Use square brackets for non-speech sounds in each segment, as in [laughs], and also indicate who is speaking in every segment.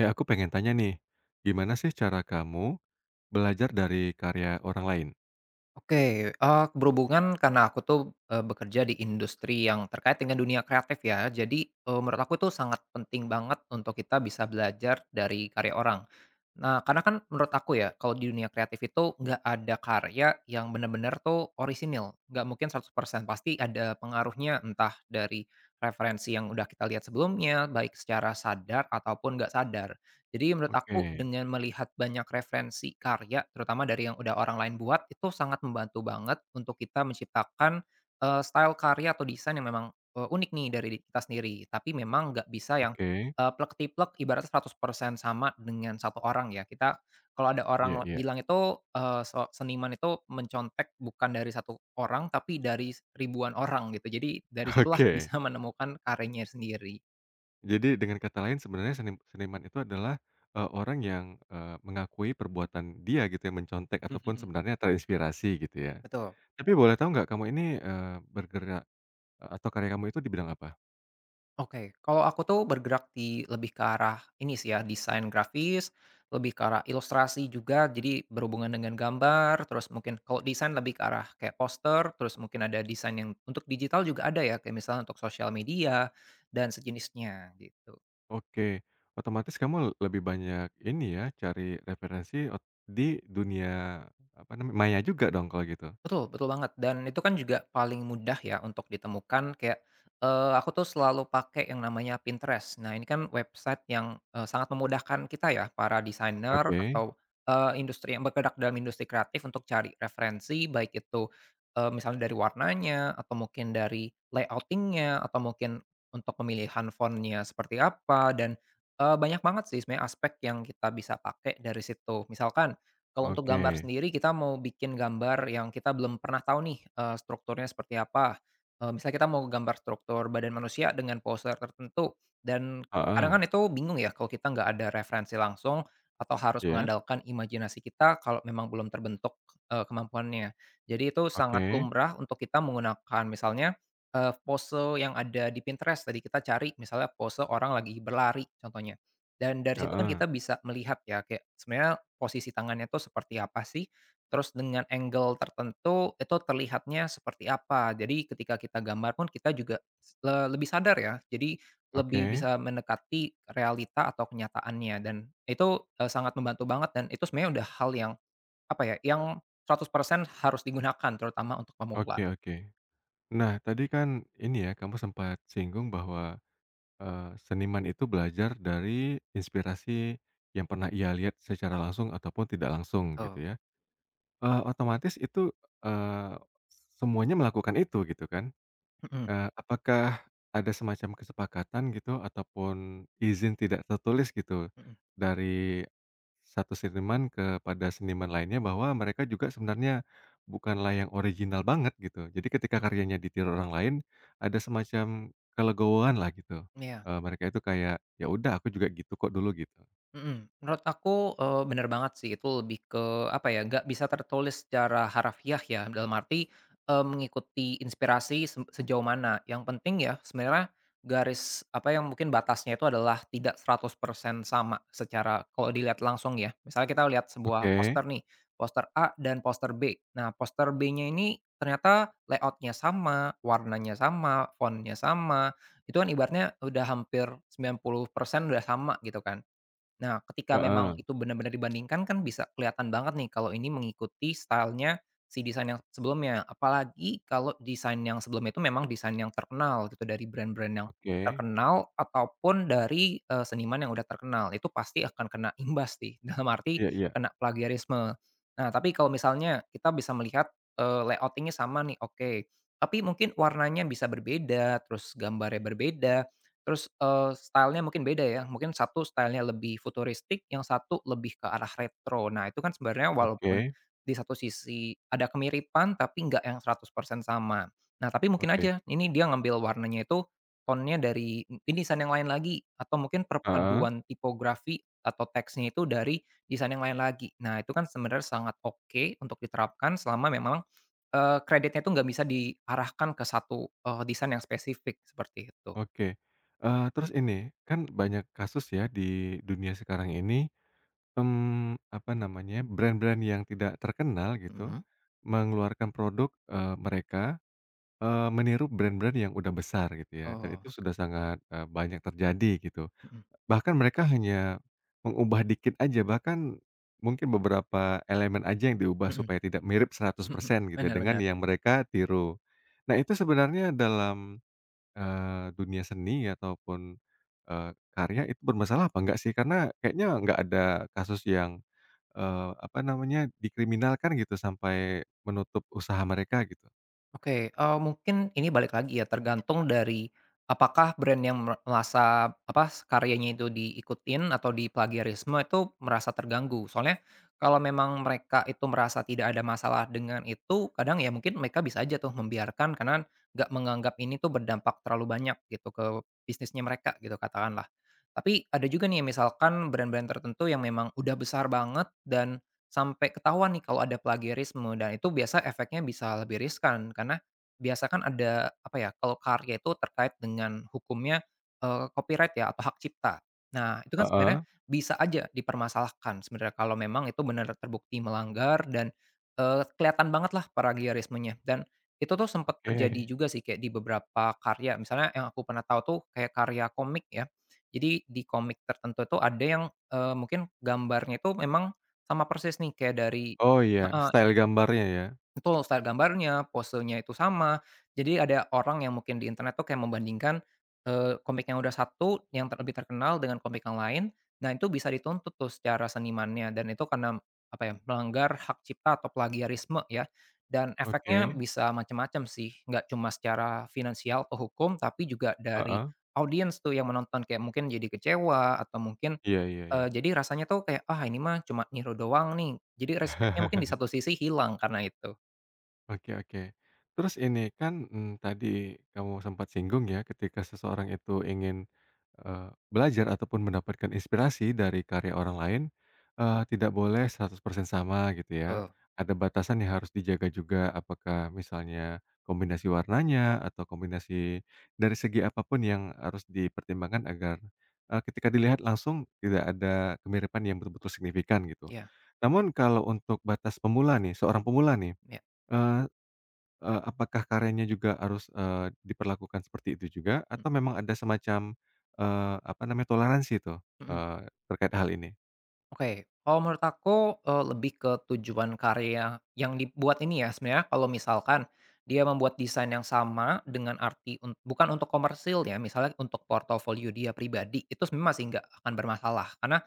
Speaker 1: Ya, aku pengen tanya nih, gimana sih cara kamu belajar dari karya orang lain?
Speaker 2: Oke, berhubungan karena aku tuh, bekerja di industri yang terkait dengan dunia kreatif ya. Jadi, menurut aku tuh sangat penting banget untuk kita bisa belajar dari karya orang. Nah, karena kan menurut aku ya, kalau di dunia kreatif itu nggak ada karya yang benar-benar tuh orisinil, nggak mungkin 100% pasti ada pengaruhnya, entah dari referensi yang udah kita lihat sebelumnya, baik secara sadar ataupun nggak sadar. Jadi menurut aku
Speaker 1: Oke,
Speaker 2: dengan melihat banyak referensi karya, terutama dari yang udah orang lain buat, itu sangat membantu banget untuk kita menciptakan, style karya atau desain yang memang, unik nih dari diri kita sendiri. Tapi memang nggak bisa yang,
Speaker 1: oke,
Speaker 2: plek tiplek, ibaratnya 100% sama dengan satu orang ya. Kita kalau ada
Speaker 1: iya
Speaker 2: orang
Speaker 1: iya,
Speaker 2: bilang itu, so seniman itu mencontek bukan dari satu orang, tapi dari ribuan orang gitu. Jadi dari
Speaker 1: [laughs]
Speaker 2: situlah [laughs]
Speaker 1: oke.
Speaker 2: bisa menemukan karyanya sendiri.
Speaker 1: Jadi dengan kata lain sebenarnya seni seniman itu adalah, orang yang, mengakui perbuatan dia gitu ya, mencontek ataupun
Speaker 2: [laughs]
Speaker 1: sebenarnya terinspirasi gitu ya.
Speaker 2: Betul.
Speaker 1: Tapi boleh tahu nggak kamu ini, bergerak, atau karya kamu itu di bidang apa?
Speaker 2: Oke, kalau aku tuh bergerak di lebih ke arah ini sih ya, desain grafis, lebih ke arah ilustrasi juga, jadi berhubungan dengan gambar, terus mungkin kalau desain lebih ke arah kayak poster, terus mungkin ada desain yang untuk digital juga ada ya, kayak misalnya untuk sosial media dan sejenisnya, gitu.
Speaker 1: Oke, otomatis kamu lebih banyak ini ya, cari referensi di dunia apa namanya, maya juga dong kalau gitu?
Speaker 2: Betul betul banget, dan itu kan juga paling mudah ya untuk ditemukan kayak, aku tuh selalu pakai yang namanya Pinterest. Nah ini kan website yang, sangat memudahkan kita ya para desainer
Speaker 1: Oke.
Speaker 2: atau, industri yang bergerak dalam industri kreatif untuk cari referensi baik itu, misalnya dari warnanya atau mungkin dari layoutingnya atau mungkin untuk pemilihan font seperti apa. Dan, banyak banget sih sebenarnya aspek yang kita bisa pakai dari situ. Misalkan, kalau untuk gambar
Speaker 1: Oke,
Speaker 2: sendiri kita mau bikin gambar yang kita belum pernah tahu nih, strukturnya seperti apa, misalnya kita mau gambar struktur badan manusia dengan pose tertentu. Dan kadang
Speaker 1: heeh,
Speaker 2: kan itu bingung ya kalau kita nggak ada referensi langsung atau harus
Speaker 1: iya,
Speaker 2: mengandalkan imajinasi kita kalau memang belum terbentuk, kemampuannya. Jadi itu sangat
Speaker 1: oke,
Speaker 2: lumrah untuk kita menggunakan misalnya, pose yang ada di Pinterest. Tadi kita cari misalnya pose orang lagi berlari contohnya, dan dari situ kan
Speaker 1: heeh,
Speaker 2: kita bisa melihat ya kayak sebenarnya posisi tangannya tuh seperti apa sih, terus dengan angle tertentu itu terlihatnya seperti apa. Jadi ketika kita gambar pun kita juga s le lebih sadar ya, jadi lebih
Speaker 1: oke,
Speaker 2: bisa mendekati realita atau kenyataannya. Dan itu, sangat membantu banget, dan itu sebenarnya udah hal yang, apa ya, yang 100% harus digunakan terutama untuk pemula.
Speaker 1: oke oke. Nah, tadi kan ini ya, kamu sempat singgung bahwa, seniman itu belajar dari inspirasi yang pernah ia lihat secara langsung ataupun tidak langsung gitu
Speaker 2: Betul.
Speaker 1: ya, otomatis itu, eee, semuanya melakukan itu gitu kan?
Speaker 2: Mhm,
Speaker 1: Apakah ada semacam kesepakatan gitu ataupun izin tidak tertulis gitu
Speaker 2: mhm,
Speaker 1: dari satu seniman kepada seniman lainnya bahwa mereka juga sebenarnya bukanlah yang original banget gitu. Jadi ketika
Speaker 2: mhm.
Speaker 1: karyanya ditiru orang lain ada semacam kelegowoanlah gitu,
Speaker 2: Iya.
Speaker 1: mereka itu kayak, "Ya udah aku juga gitu kok dulu," gitu.
Speaker 2: Mhm, menurut aku, bener banget sih. Itu lebih ke apa ya, nggak bisa tertulis secara harafiah ya. Dalam arti, mengikuti inspirasi sejauh mana yang penting ya sebenarnya. Garis apa yang mungkin batasnya itu adalah tidak 100% sama secara kalau dilihat langsung ya. Misalnya kita lihat sebuah
Speaker 1: Oke,
Speaker 2: poster nih, poster A dan poster B. Nah poster B-nya ini ternyata layoutnya sama, warnanya sama, font sama, itu kan ibaratnya udah hampir 90% udah sama gitu kan. Nah, ketika
Speaker 1: heeh,
Speaker 2: memang itu benar-benar dibandingkan kan bisa kelihatan banget nih kalau ini mengikuti stylenya si desain yang sebelumnya. Apalagi kalau desain yang sebelumnya itu memang desain yang terkenal gitu dari brand-brand yang
Speaker 1: oke.
Speaker 2: terkenal ataupun dari, seniman yang udah terkenal, itu pasti akan kena imbas sih, [laughs] dalam arti
Speaker 1: Iya iya,
Speaker 2: kena plagiarisme. Nah, tapi kalau misalnya kita bisa melihat, layout sama nih, oke. Tapi mungkin warnanya bisa berbeda, terus gambarnya berbeda. Terus, style-nya mungkin beda ya, mungkin satu style-nya lebih futuristik, yang satu lebih ke arah retro. Nah, itu kan sebenarnya walaupun
Speaker 1: oke
Speaker 2: di satu sisi ada kemiripan, tapi nggak yang 100% sama. Nah, tapi mungkin
Speaker 1: oke,
Speaker 2: aja ini dia ngambil warnanya itu tonnya dari mungkin desain yang lain lagi, atau mungkin
Speaker 1: heeh.
Speaker 2: perpaduan tipografi atau teksnya itu dari desain yang lain lagi. Nah, itu kan sebenarnya sangat oke untuk diterapkan selama memang, kreditnya itu nggak bisa diarahkan ke satu, desain yang spesifik, seperti itu.
Speaker 1: Oke, terus ini, kan banyak kasus ya di dunia sekarang ini, apa namanya, brand-brand yang tidak terkenal gitu,
Speaker 2: Mhm.
Speaker 1: mengeluarkan produk, mereka, meniru brand-brand yang udah besar gitu ya, dan
Speaker 2: Oh,
Speaker 1: itu sudah sangat, banyak terjadi gitu.
Speaker 2: mhm,
Speaker 1: Bahkan mereka hanya mengubah dikit aja, bahkan mungkin beberapa elemen aja yang diubah
Speaker 2: mhm,
Speaker 1: supaya tidak mirip seratus
Speaker 2: mhm,
Speaker 1: persen gitu ya,
Speaker 2: bener,
Speaker 1: dengan
Speaker 2: bener.
Speaker 1: yang mereka tiru. Nah, itu sebenarnya dalam dunia seni ataupun, eee, karya itu bermasalah apa enggak sih? Karena kayaknya nggak ada kasus yang, apa namanya, dikriminalkan gitu sampai menutup usaha mereka gitu.
Speaker 2: Oke, mungkin ini balik lagi ya tergantung dari apakah brand yang merasa apa, karyanya itu diikutin atau di plagiarisme itu merasa terganggu. Soalnya kalau memang mereka itu merasa tidak ada masalah dengan itu, kadang ya mungkin mereka bisa aja tuh membiarkan karena nggak menganggap ini tuh berdampak terlalu banyak gitu ke bisnisnya mereka gitu katakanlah. Tapi ada juga nih misalkan brand-brand tertentu yang memang udah besar banget dan sampai ketahuan nih kalau ada plagiarisme, dan itu biasa efeknya bisa lebih riskan karena biasa kan ada apa ya, kalau karya itu terkait dengan hukumnya, copyright ya atau hak cipta. Nah itu kan
Speaker 1: Heeh,
Speaker 2: sebenarnya bisa aja dipermasalahkan sebenarnya kalau memang itu benar terbukti melanggar dan, kelihatan banget lah plagiarismenya. Dan itu tuh sempat terjadi
Speaker 1: oke.
Speaker 2: juga sih kayak di beberapa karya misalnya yang aku pernah tahu tuh kayak karya komik ya. Jadi di komik tertentu tuh ada yang, mungkin gambarnya itu memang sama persis nih kayak dari
Speaker 1: Oh iya,
Speaker 2: heeh,
Speaker 1: style gambarnya ya?
Speaker 2: betul style gambarnya, posenya itu sama. Jadi ada orang yang mungkin di internet tuh kayak membandingkan, komik yang udah satu, yang lebih terkenal dengan komik yang lain. Nah itu bisa dituntut tuh secara senimannya, dan itu karena, apa ya, melanggar hak cipta atau plagiarisme ya. Dan efeknya
Speaker 1: Oke,
Speaker 2: bisa macam-macam sih, nggak cuma secara finansial atau hukum, tapi juga dari
Speaker 1: heeh,
Speaker 2: audiens tuh yang menonton, kayak mungkin jadi kecewa atau mungkin
Speaker 1: iya iya iya.
Speaker 2: Jadi rasanya tuh kayak, "Ah, ini mah cuma niru doang nih." Jadi respect-nya mungkin di
Speaker 1: [laughs]
Speaker 2: satu sisi hilang karena itu,
Speaker 1: Oke oke. Terus ini kan, tadi kamu sempat singgung ya ketika seseorang itu ingin, belajar ataupun mendapatkan inspirasi dari karya orang lain, tidak boleh 100% sama gitu ya.
Speaker 2: tuh.
Speaker 1: Ada batasan yang harus dijaga juga, apakah misalnya kombinasi warnanya atau kombinasi dari segi apapun yang harus dipertimbangkan agar, ketika dilihat langsung tidak ada kemiripan yang betul-betul signifikan gitu.
Speaker 2: Iya,
Speaker 1: Namun kalau untuk batas pemula nih, seorang pemula nih,
Speaker 2: iya.
Speaker 1: eee Eee, apakah karyanya juga harus, diperlakukan seperti itu juga atau memang ada semacam, apa namanya, toleransi tuh,
Speaker 2: Mhm.
Speaker 1: terkait hal ini?
Speaker 2: Oke, kalau menurut aku, lebih ke tujuan karya yang dibuat ini ya. Sebenarnya kalau misalkan dia membuat desain yang sama dengan arti bukan untuk komersil ya, misalnya untuk portofolio dia pribadi, itu sebenarnya masih nggak akan bermasalah. Karena,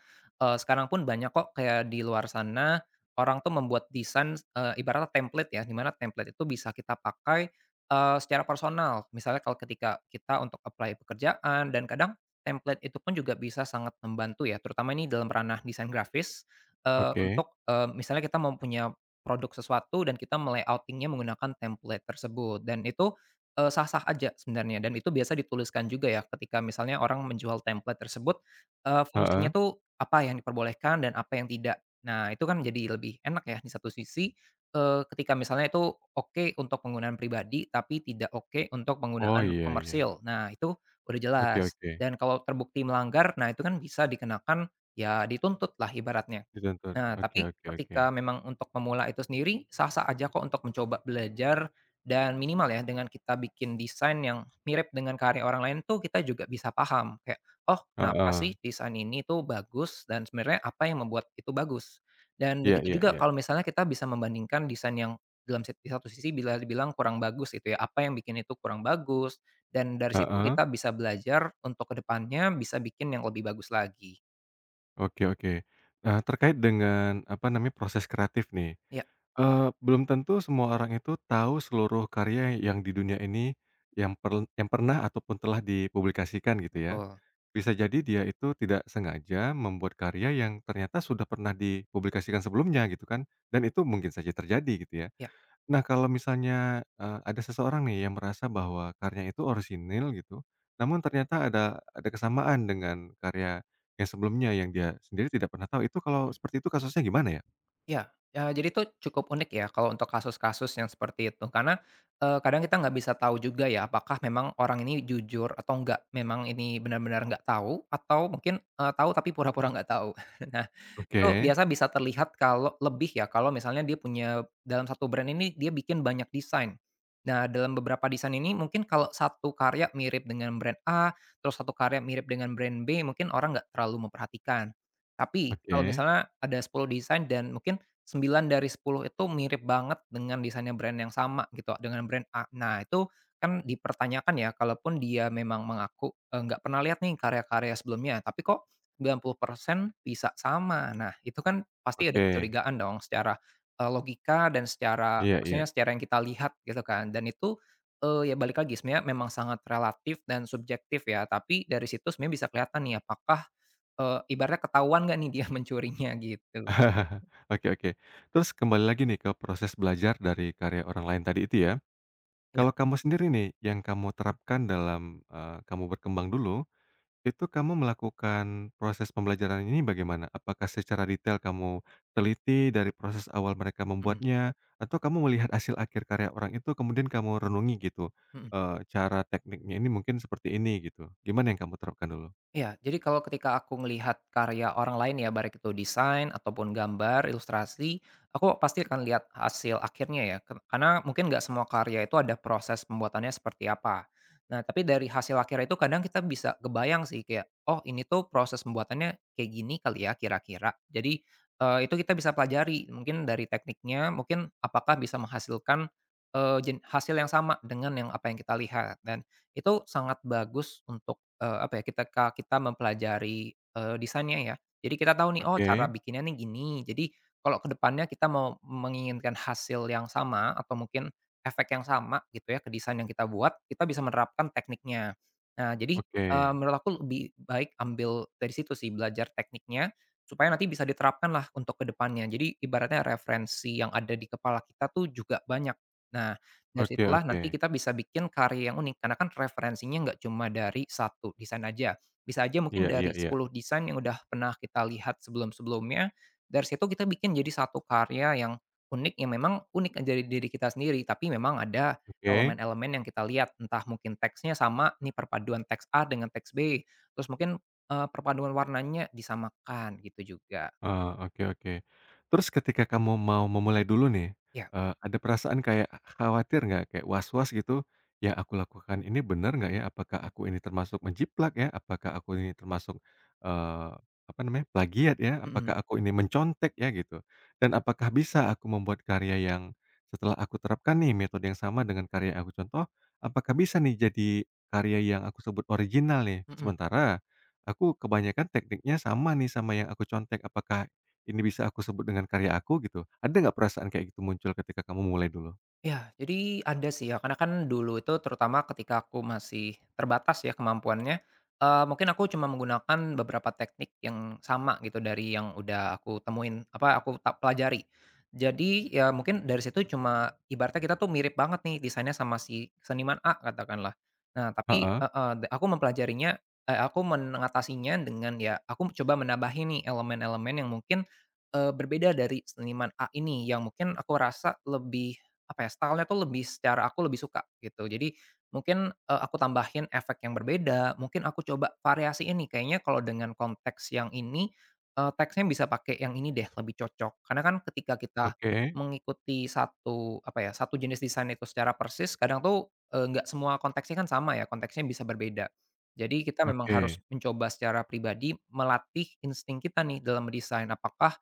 Speaker 2: sekarang pun banyak kok kayak di luar sana, orang tuh membuat desain, ibaratnya template ya, di mana template itu bisa kita pakai, secara personal. Misalnya kalau ketika kita untuk apply pekerjaan. Dan kadang template itu pun juga bisa sangat membantu ya, terutama ini dalam ranah desain grafis,
Speaker 1: Oke,
Speaker 2: untuk, misalnya kita mau punya produk sesuatu dan kita menggunakan template tersebut. Dan itu, sah-sah aja sebenarnya, dan itu biasa dituliskan juga ya ketika misalnya orang menjual template tersebut, fungsinya
Speaker 1: heeh.
Speaker 2: tuh apa yang diperbolehkan dan apa yang tidak. Nah itu kan jadi lebih enak ya di satu sisi, ketika misalnya itu oke untuk penggunaan pribadi tapi tidak oke untuk
Speaker 1: Oh,
Speaker 2: penggunaan
Speaker 1: iya iya.
Speaker 2: komersil. Nah itu udah
Speaker 1: Oke
Speaker 2: jelas.
Speaker 1: oke.
Speaker 2: Dan kalau terbukti melanggar, nah itu kan bisa dikenakan, ya dituntut lah ibaratnya.
Speaker 1: Ditonton.
Speaker 2: Nah,
Speaker 1: Oke
Speaker 2: tapi
Speaker 1: oke oke.
Speaker 2: ketika memang untuk pemula itu sendiri, sah-sah aja kok untuk mencoba belajar. Dan minimal ya dengan kita bikin desain yang mirip dengan karya orang lain tuh kita juga bisa paham kayak, "Oh, kenapa
Speaker 1: Heeh.
Speaker 2: sih desain ini tuh bagus dan sebenarnya apa yang membuat itu bagus?" Dan
Speaker 1: Iya
Speaker 2: begitu
Speaker 1: iya
Speaker 2: juga
Speaker 1: iya.
Speaker 2: kalau misalnya kita bisa membandingkan desain yang dalam sit di satu sisi bila dibilang kurang bagus itu ya, apa yang bikin itu kurang bagus, dan dari situ
Speaker 1: Heeh.
Speaker 2: kita bisa belajar untuk kedepannya bisa bikin yang lebih bagus lagi.
Speaker 1: Oke oke. Nah, terkait dengan, apa namanya, proses kreatif nih,
Speaker 2: Ya
Speaker 1: belum tentu semua orang itu tahu seluruh karya yang di dunia ini yang pernah ataupun telah dipublikasikan gitu ya.
Speaker 2: betul.
Speaker 1: Bisa jadi dia itu tidak sengaja membuat karya yang ternyata sudah pernah dipublikasikan sebelumnya gitu kan, dan itu mungkin saja terjadi gitu ya.
Speaker 2: Ya.
Speaker 1: Nah kalau misalnya, ada seseorang nih yang merasa bahwa karya itu orisinil gitu, namun ternyata ada kesamaan dengan karya yang sebelumnya yang dia sendiri tidak pernah tahu, itu kalau seperti itu kasusnya gimana ya?
Speaker 2: Ya, jadi itu cukup unik ya kalau untuk kasus-kasus yang seperti itu karena, kadang kita nggak bisa tahu juga ya apakah memang orang ini jujur atau nggak. Memang ini benar-benar nggak tahu atau mungkin, tahu tapi pura-pura nggak tahu. [laughs] Nah, itu
Speaker 1: Oke
Speaker 2: biasa bisa terlihat kalau lebih ya, kalau misalnya dia punya dalam satu brand ini dia bikin banyak desain. Nah, dalam beberapa desain ini mungkin kalau satu karya mirip dengan brand A, terus satu karya mirip dengan brand B, mungkin orang nggak terlalu memperhatikan. Tapi kalau
Speaker 1: oke
Speaker 2: misalnya ada 10 desain dan mungkin 9 dari 10 itu mirip banget dengan desainnya brand yang sama gitu, dengan brand A. Nah, itu kan dipertanyakan ya, kalaupun dia memang mengaku, nggak pernah lihat nih karya-karya sebelumnya, tapi kok 90% bisa sama. Nah, itu kan pasti ada
Speaker 1: oke,
Speaker 2: kecurigaan dong secara, logika, dan secara
Speaker 1: iya iya.
Speaker 2: maksudnya secara yang kita lihat gitu kan. Dan itu, ya balik lagi sebenarnya memang sangat relatif dan subjektif ya, tapi dari situ sebenarnya bisa kelihatan nih apakah, ibaratnya ketahuan nggak nih dia [laughs] mencurinya gitu.
Speaker 1: [laughs] Oke oke. Terus kembali lagi nih ke proses belajar dari karya orang lain tadi itu ya?
Speaker 2: Ya,
Speaker 1: Kalau kamu sendiri nih, yang kamu terapkan dalam, kamu berkembang dulu, itu kamu melakukan proses pembelajaran ini bagaimana? Apakah secara detail kamu teliti dari proses awal mereka
Speaker 2: mhm,
Speaker 1: membuatnya, atau kamu melihat hasil akhir karya orang itu kemudian kamu renungi gitu,
Speaker 2: mhm.
Speaker 1: cara tekniknya ini mungkin seperti ini gitu, gimana yang kamu terapkan dulu?
Speaker 2: Iya, jadi kalau ketika aku melihat karya orang lain ya, baik itu desain ataupun gambar, ilustrasi, aku pasti akan lihat hasil akhirnya ya. Karena mungkin nggak semua karya itu ada proses pembuatannya seperti apa. Nah, tapi dari hasil akhir itu kadang kita bisa kebayang sih kayak, oh ini tuh proses pembuatannya kayak gini kali ya kira-kira. Jadi itu kita bisa pelajari mungkin dari tekniknya, mungkin apakah bisa menghasilkan hasil yang sama dengan yang apa yang kita lihat. Dan itu sangat bagus untuk apa ya, ketika kita mempelajari, desainnya ya. Jadi kita tahu nih, oh cara
Speaker 1: Oke
Speaker 2: bikinnya nih gini. Jadi kalau kedepannya kita mau menginginkan hasil yang sama atau mungkin efek yang sama gitu ya ke desain yang kita buat, kita bisa menerapkan tekniknya. Nah jadi,
Speaker 1: oke
Speaker 2: menurut aku lebih baik ambil dari situ sih, belajar tekniknya, supaya nanti bisa diterapkan lah untuk kedepannya. Jadi ibaratnya referensi yang ada di kepala kita tuh juga banyak. Nah dari
Speaker 1: oke
Speaker 2: situlah
Speaker 1: oke.
Speaker 2: nanti kita bisa bikin karya yang unik, karena kan referensinya nggak cuma dari satu desain aja, bisa aja mungkin
Speaker 1: Iya iya
Speaker 2: dari
Speaker 1: iya,
Speaker 2: 10 desain yang udah pernah kita lihat sebelum-sebelumnya. Dari situ kita bikin jadi satu karya yang unik, yang memang unik dari diri kita sendiri, tapi memang ada
Speaker 1: oke.
Speaker 2: elemen-elemen yang kita lihat, entah mungkin teksnya sama nih perpaduan teks A dengan teks B, terus mungkin, perpaduan warnanya disamakan gitu juga.
Speaker 1: Oke oke. Terus ketika kamu mau memulai dulu nih,
Speaker 2: Ya,
Speaker 1: ada perasaan kayak khawatir nggak? Kayak was-was gitu, "Yang aku lakukan ini bener nggak ya? Apakah
Speaker 2: mmm,
Speaker 1: aku ini termasuk menjiplak ya? Apakah aku ini termasuk, eee, apa namanya, plagiat ya?
Speaker 2: mhm,
Speaker 1: Apakah aku ini mencontek ya?" Gitu. "Dan apakah bisa aku membuat karya yang setelah aku terapkan nih metode yang sama dengan karya yang aku contoh, apakah bisa nih jadi karya yang aku sebut original nih?"
Speaker 2: mhm.
Speaker 1: Sementara aku kebanyakan tekniknya sama nih sama yang aku contek, apakah ini bisa aku sebut dengan karya aku gitu? Ada nggak perasaan kayak gitu muncul ketika kamu mulai dulu?
Speaker 2: Ya, jadi ada sih ya, karena kan dulu itu terutama ketika aku masih terbatas ya kemampuannya, mungkin aku cuma menggunakan beberapa teknik yang sama gitu dari yang udah aku temuin, apa, aku pelajari. Jadi ya mungkin dari situ cuma ibaratnya kita tuh mirip banget nih desainnya sama si seniman A katakanlah. Nah tapi
Speaker 1: Heeh,
Speaker 2: heeh, de aku mempelajarinya aku mengatasinya dengan ya aku coba menambahin nih elemen-elemen yang mungkin, berbeda dari seniman A ini yang mungkin aku rasa lebih apa ya, style tuh lebih secara aku lebih suka gitu. Jadi mungkin, aku tambahin efek yang berbeda, mungkin aku coba variasi ini kayaknya kalau dengan konteks yang ini, teksnya bisa pakai yang ini deh, lebih cocok. Karena kan ketika kita
Speaker 1: oke
Speaker 2: mengikuti satu, apa ya, satu jenis desain itu secara persis, kadang tuh, nggak semua konteksnya kan sama ya, konteksnya bisa berbeda. Jadi kita memang
Speaker 1: oke
Speaker 2: harus mencoba secara pribadi melatih insting kita nih dalam mendesain. Apakah,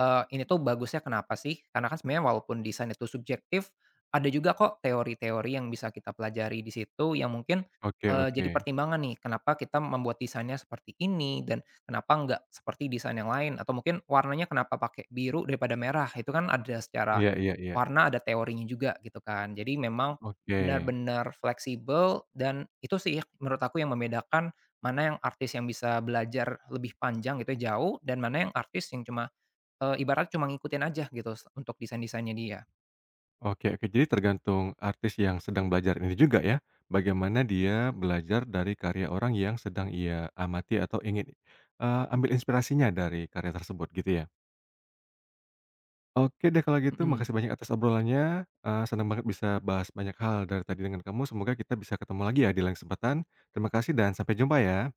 Speaker 2: ini tuh bagusnya kenapa sih? Karena kan sebenarnya walaupun desain itu subjektif, ada juga kok teori-teori yang bisa kita pelajari di situ yang mungkin,
Speaker 1: oke oke.
Speaker 2: jadi pertimbangan nih kenapa kita membuat desainnya seperti ini dan kenapa nggak seperti desain yang lain atau mungkin warnanya kenapa pakai biru daripada merah, itu kan ada secara
Speaker 1: Iya iya iya.
Speaker 2: warna ada teorinya juga gitu kan. Jadi memang
Speaker 1: Oke
Speaker 2: benar-benar fleksibel, dan itu sih menurut aku yang membedakan mana yang artis yang bisa belajar lebih panjang gitu ya, jauh, dan mana yang artis yang cuma, ibaratnya cuma ngikutin aja gitu untuk desain-desainnya dia,
Speaker 1: oke oke. Jadi tergantung artis yang sedang belajar ini juga ya, bagaimana dia
Speaker 2: gitu.
Speaker 1: belajar dari karya orang yang sedang ia amati atau ingin, ambil inspirasinya dari karya tersebut gitu ya? Oke deh kalau gitu,
Speaker 2: Mhm.
Speaker 1: makasih banyak atas obrolannya, senang banget bisa bahas banyak hal dari tadi dengan kamu, semoga kita bisa ketemu lagi ya di lain kesempatan. Terima kasih dan sampai jumpa ya.